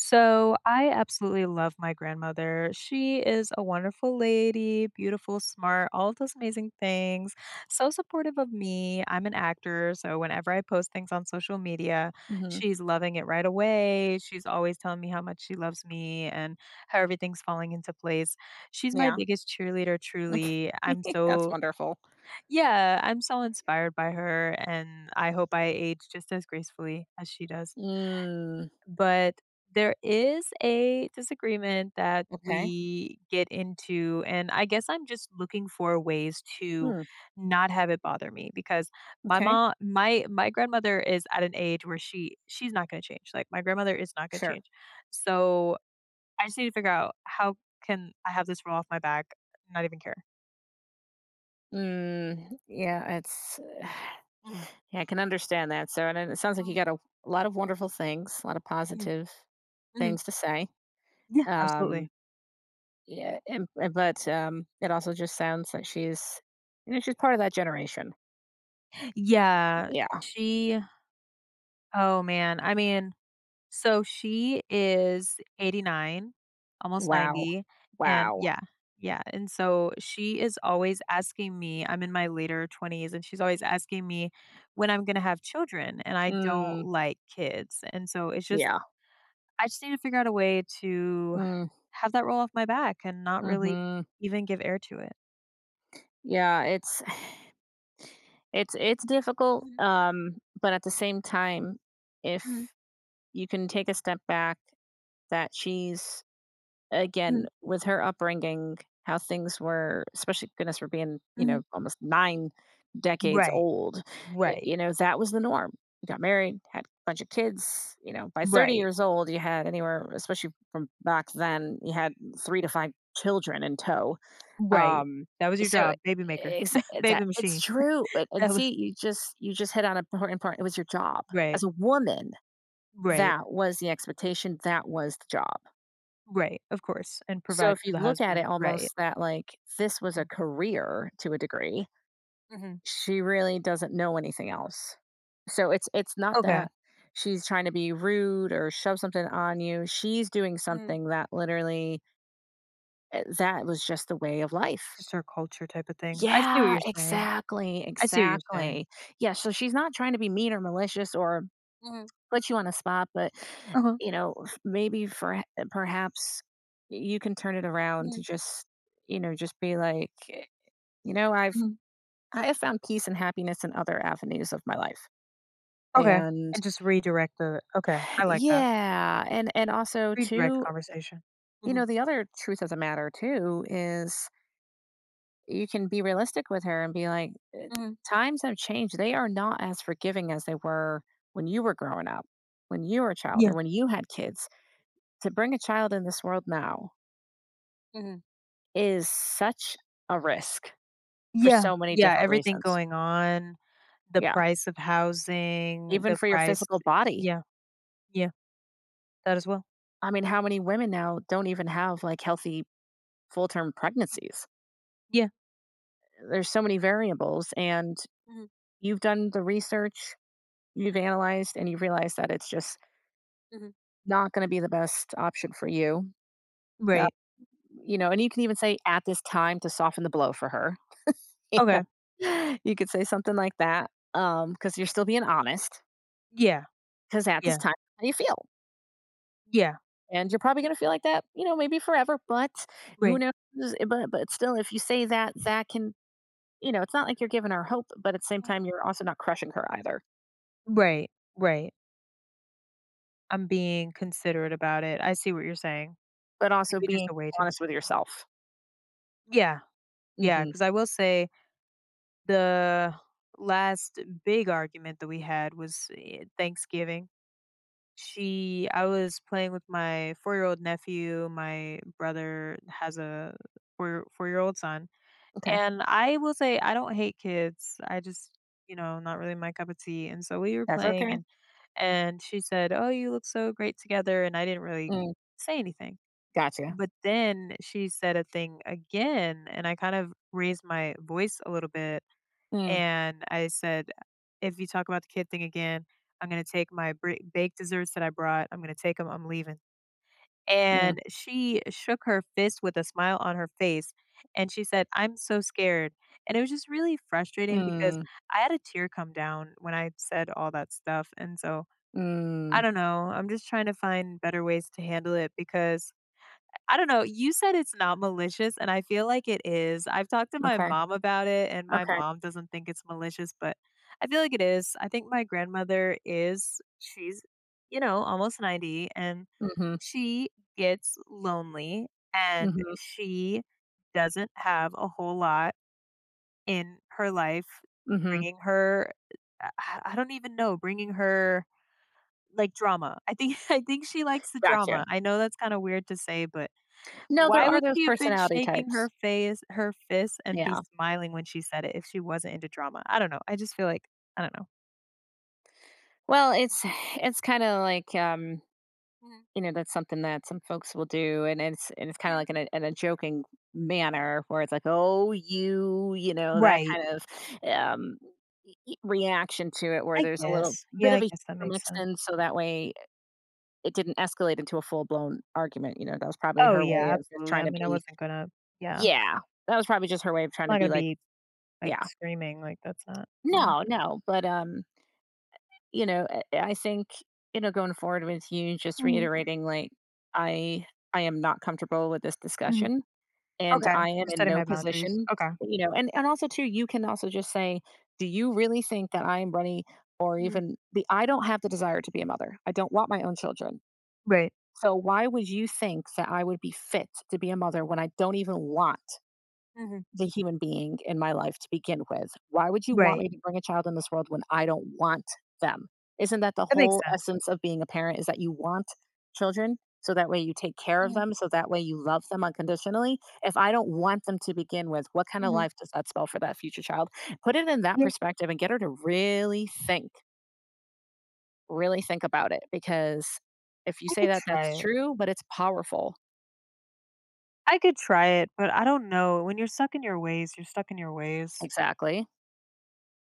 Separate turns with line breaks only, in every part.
So I absolutely love my grandmother. She is a wonderful lady, beautiful, smart, all those amazing things. So supportive of me. I'm an actor, so whenever I post things on social media,
Mhm.
she's loving it right away. She's always telling me how much she loves me and how everything's falling into place. She's my
Yeah.
biggest cheerleader truly. I'm
That's
so
wonderful.
yeah, I'm so inspired by her and I hope I age just as gracefully as she does.
Mm.
But there is a disagreement that
Okay.
we get into, and I guess I'm just looking for ways to
Hmm.
not have it bother me because my
Okay.
mom, my grandmother is at an age where she's not going to change. Like my grandmother is not going to
Sure.
change. So I just need to figure out how can I have this roll off my back, not even care.
Mm. Yeah, it's
hmm
Yeah, I can understand that. So, and it sounds like you
hmm
got a lot of wonderful things, a lot of
hmm
positive
hmm
things to say.
Yeah,
Um,
absolutely.
yeah, but it also just sounds like she's part of that generation.
Yeah,
Yeah.
she. Oh man, I mean. So she is 89, almost
Wow.
90, and
Wow.
yeah, yeah, and so she is always asking me, I'm in my later 20s, and she's always asking me when I'm gonna have children, and I don't
Mm,
like kids, and so it's just
yeah.
I just need to figure out a way to
Mm,
have that roll off my back and not really
hmm.
even give air to it.
Yeah. It's difficult,
Mhm,
but at the same time, if
mhm,
you can take a step back that she's, again,
mhm,
with her upbringing, how things were, especially goodness, we're being,
mhm.
almost nine decades
Right,
old,
right,
that was the norm. You got married, had a bunch of kids, by 30
right,
years old, you had anywhere, especially from back then, you had three to five children in tow.
right.
Um,
That was your
so
job, baby maker,
is that,
baby
it's
machine.
true, but and
That was
see, you just hit on an important part. It was your job. As
right.
a woman,
Right,
that was the expectation, that was the job.
right, of course, and
So
provide
if
for
you
the
look at it
husband, right.
almost that like this was a
Mm,
career to a degree,
mhm,
she really doesn't know anything else. So it's not
okay,
that she's trying to be rude or shove something on you. She's doing
mhm.
something that literally, that was just the way of life.
Just her culture type of thing. I see what
Yeah,
you're saying,
exactly,
I see what you're saying.
exactly. Yeah, so she's not trying to be mean or malicious or
Mhm,
put you on a spot, but,
uh-huh,
f maybe for perhaps you can turn it around to
mhm,
just, just be like, "You know,
mhm.
I have found peace and happiness in other avenues of my life."
Okay,
And
and just redirect the okay, I like that.
yeah, and also
Redirect the
too,
conversation. Mhm,
the other truth of the matter too is, you can be realistic with her and be like,
mhm.
Times have changed. They are not as forgiving as they were when you were growing up, when you were a child,
Yeah.
or when you had kids. To bring a child in this world now
Mhm.
is such a risk for
Yeah,
so many
yeah,
different
everything
reasons.
going on, the
Yeah.
price of housing,
Even
the
for your
price
physical body.
yeah, yeah, that as well.
I mean, how many women now don't even have like healthy full term pregnancies?
Yeah.
There's so many variables, and
Mhm,
you've done the research, you've analyzed, and you realize that it's just
mhm.
not going to be the best option for you. Uh,
Right,
and you can even say at this time to soften the blow for her." You
okay.
know? You could say something like that, because you're still being honest.
Yeah,
Because at this
yeah,
time, how you feel,
yeah,
and you're probably going to feel like that, maybe forever. But who
right.
knows? But still, if you say that, that can, it's not like you're giving her hope, but at the same time, you're also not crushing her either.
Right, right. I'm being considerate about it. I see what you're saying.
But also
Maybe just
being
a way to
honest with
Mhm.
yourself.
Yeah, yeah.
Hmm.
Because I will say the last big argument that we had was, Thanksgiving. She I was playing with my four-year-old nephew, my brother has a four-year-old son.
Okay,
And I will say I don't hate kids. I just, you know, not really my cup of tea. And so we were
that's
playing
okay.
and she said, "Oh, you look so great together." And I didn't really
Mm,
say anything.
gotcha.
But then she said a thing again and I kind of raised my voice a little bit
Mm,
and I said, "If you talk about the kid thing again, I'm going to take my baked desserts that I brought. I'm going to take them. I'm leaving."
mm,
And she shook her fist with a smile on her face, and she said, "I'm so scared." And it was just really frustrating because
mm,
I had a tear come down when I said all that stuff, and so I
mm,
don't know, I'm just trying to find better ways to handle it because I don't know, you said it's not malicious, and I feel like it is. I've talked to my
okay.
mom about it, and my
Okay.
mom doesn't think it's malicious, but I feel like it is. I think my grandmother is she's, you know, almost 90, and
Mm-hmm.
she gets lonely, and
Mm-hmm.
she doesn't have a whole lot in her life
Mm-hmm.
bringing her I don't even know, bringing her, like, drama. I think I think she likes the
Gotcha.
drama. I know that's kinda weird to say, but
No, there
why
are
would
those
she have been
personality
shaking
types.
her face her fist and be
Yeah.
smiling when she said it if she wasn't into drama? I don't know. I just feel like I don't know.
Well, it's kind of like,
Mhm,
that's something that some folks will do, and it's kind of
mhm.
like, in a joking manner where it's like, oh, you, that
Right.
kind of um reaction to it, where
I
there's a little
guess.
bit
Yeah,
of
I
a
guess that
humor
makes
mixed
sense.
in, so that way it didn't escalate into a full blown argument. You know, that was probably
Oh,
her way
yeah,
of just
absolutely.
trying
I
to
mean, I
be,
wasn't gonna yeah.
yeah, that was probably just her way of trying
I'm
to
not
be
gonna
like,
be,
yeah,
like, screaming, like, that's not no.
no, no, but you know, I think, going forward with you just
Mhm,
reiterating, like, I I am not comfortable with this
mhm.
discussion and
Okay.
I am
Just
in
setting
no
my boundaries.
position,
Okay.
and also too, you can also just say, do you really think that I am ready, or
Mhm.
even the I don't have the desire to be a mother. I don't want my own children.
Right.
So why would you think that I would be fit to be a mother when I don't even want
Mhm.
the human being in my life to begin with? Why would you want
Right.
me to bring a child in this world when I don't want them? Isn't that the
That makes
whole
sense.
essence of being a parent, is that you want children? So that way you take care of
Mhm,
them. So that way you love them unconditionally. If I don't want them to begin with, what kind of
mhm.
life does that spell for that future child? Put it in that
Yeah,
perspective and get her to really think about it. Because if you
I
say
could
that,
try
that's
it.
true, but it's powerful.
I could try it, but I don't know. When you're stuck in your ways, you're stuck in your ways.
Exactly.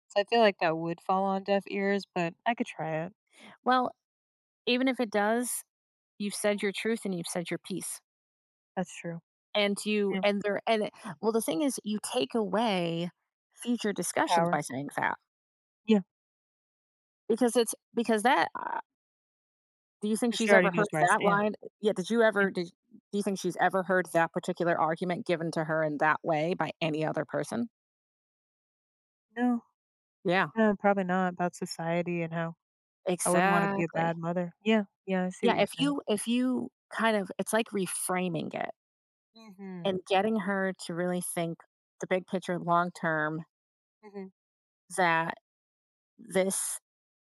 So I feel like that would fall on deaf ears, but I could try it.
Well, even if it does, you've said
Mm,
your truth and you've said your piece.
that's true.
And you
Yeah,
and there and it Well, the thing is, you take away future discussions by
power.
saying that,
Yeah,
because it's because that, do you think
'cause she
she's ever
already knows
heard
where I
that
stand.
line? Yeah, did you
Yeah.
ever did do you think she's ever heard that particular argument given to her in that way by any other person?
No,
Yeah,
no, probably not about society and how I wouldn't want to be a
exactly.
bad mother. Yeah, yeah, I see what
Yeah,
you're
if
saying.
you kind of, it's like reframing it
Mhm.
and getting her to really think the big picture long term,
Mhm.
that this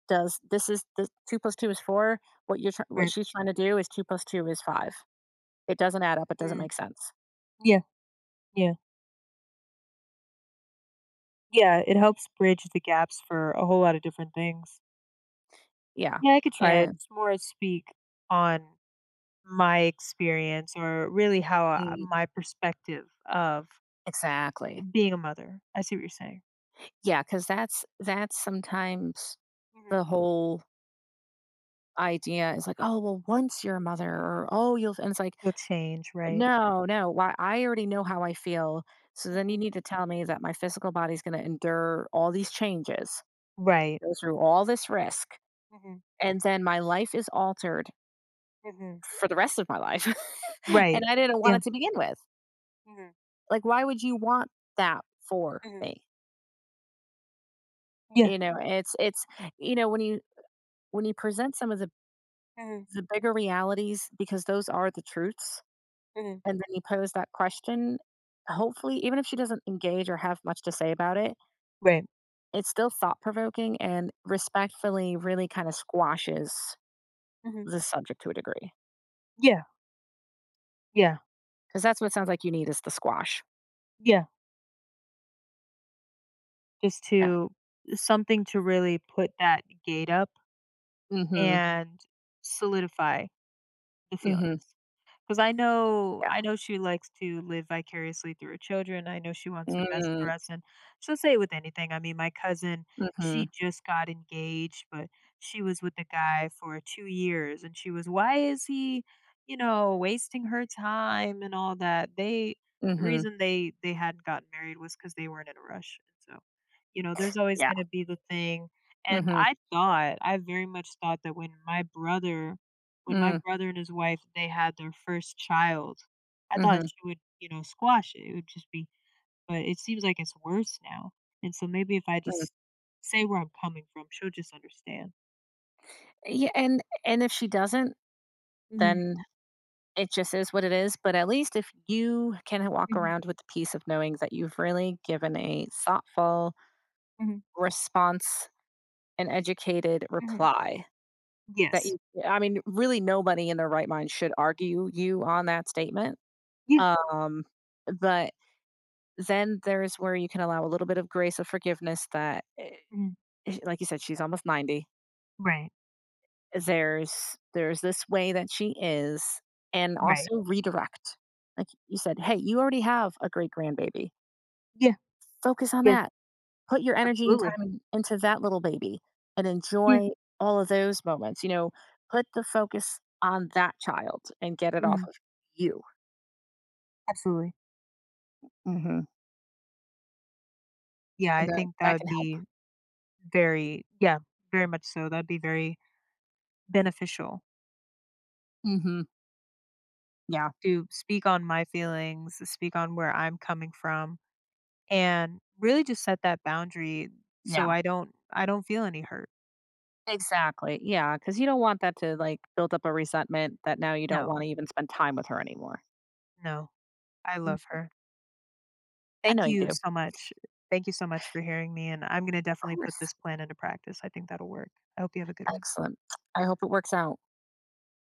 this is the 2 plus 2 is 4, what you're tr what
Right.
she's trying to do is 2 plus 2 is 5. It doesn't add up, it doesn't
Mm.
make sense.
Yeah. Yeah. Yeah. It helps bridge the gaps for a whole lot of different things.
Yeah,
Yeah, I could try it.
and
It's more speak on my experience or really how
mm,
my perspective of
exactly.
being a mother. I see what you're saying.
Yeah, because that's sometimes
Mhm.
the whole idea is like, "Oh, well, once you're a mother," or, "Oh, you'll," and it's like,
You'll change, right?
"No, no, why? I already know how I feel, so then you
Mhm.
need to tell me that my physical body's gonna endure all these changes,
Right.
go through all this risk,
Mhm.
and then my life is altered
Mhm.
for the rest of my life. and
Right.
I didn't want
Yeah.
it to begin with.
Yeah. Mhm.
Like why would you want that for
Mhm.
me?"
Yeah.
You know, it's you know, when you present some of the
Mhm.
the bigger realities, because those are the truths,
Mhm.
and then you pose that question, hopefully even if she doesn't engage or have much to say about it,
Right.
it's still thought provoking and respectfully really kind of squashes
Mhm.
the subject to a degree.
Yeah, yeah,
Cuz that's what it sounds like you need, is the squash.
yeah. Just
Uh,
to something to really put that gate up
mhm.
and solidify the feelings.
Mhm.
'Cause I know
Yeah.
I know she likes to live vicariously through her children, I know she wants the best for
Mm.
us, and she'll say it with anything. I mean, my cousin,
Mhm.
she just got engaged, but she was with the guy for 2 years, and she was, "Why is he, you know, wasting her time?" and all that. They the
Mhm.
reason they hadn't gotten married was because they weren't in a rush, and so, you know, there's always
Yeah.
gonna be the thing, and
Mhm.
I thought I very much thought that when my
Mm.
brother and his wife, they had their first child, I thought
Mhm.
she would, you know, squash it. It would just be but it seems like it's worse now, and so maybe if I
Mm.
just say where I'm coming from, she'll just understand.
Yeah, and if she doesn't,
Mhm.
then it just is what it is, but at least if you can walk
Mhm.
around with the peace of knowing that you've really given a thoughtful
Mhm.
response, an educated
Mhm.
reply, that you
Yes.
I mean, really nobody in their right mind should argue you on that statement,
Yeah.
um, but then there's where you can allow a little bit of grace of forgiveness that,
Mhm.
like you said, she's almost 90.
Right.
There's this way that she is, and
Right.
also redirect. Like you said, "Hey, you already have a great grandbaby.
Yeah.
Focus on
Yeah.
that. Put your energy and
Absolutely.
time into that little baby and
Yeah.
enjoy all of those moments." You know, put the focus on that child and get it off
Mhm.
of you.
Absolutely.
Mhm.
Yeah,
And
I
that
think that
that
would
can help.
be very yeah, very much so. That'd be very beneficial
Mhm. Yeah.
to speak on my feelings, speak on where I'm coming from, and really just set that boundary so
Yeah.
I don't feel any hurt.
Exactly. Yeah, because you don't want that to, like, build up a resentment that now you don't wanna
No.
even spend time with her anymore.
No. I love
Mm,
her.
I
Thank
know you
you
do.
so much. Thank you so much for hearing me, and I'm gonna
Of
definitely
course.
put this plan into practice. I think that'll work. I hope you have a good one.
Excellent. I hope it works out.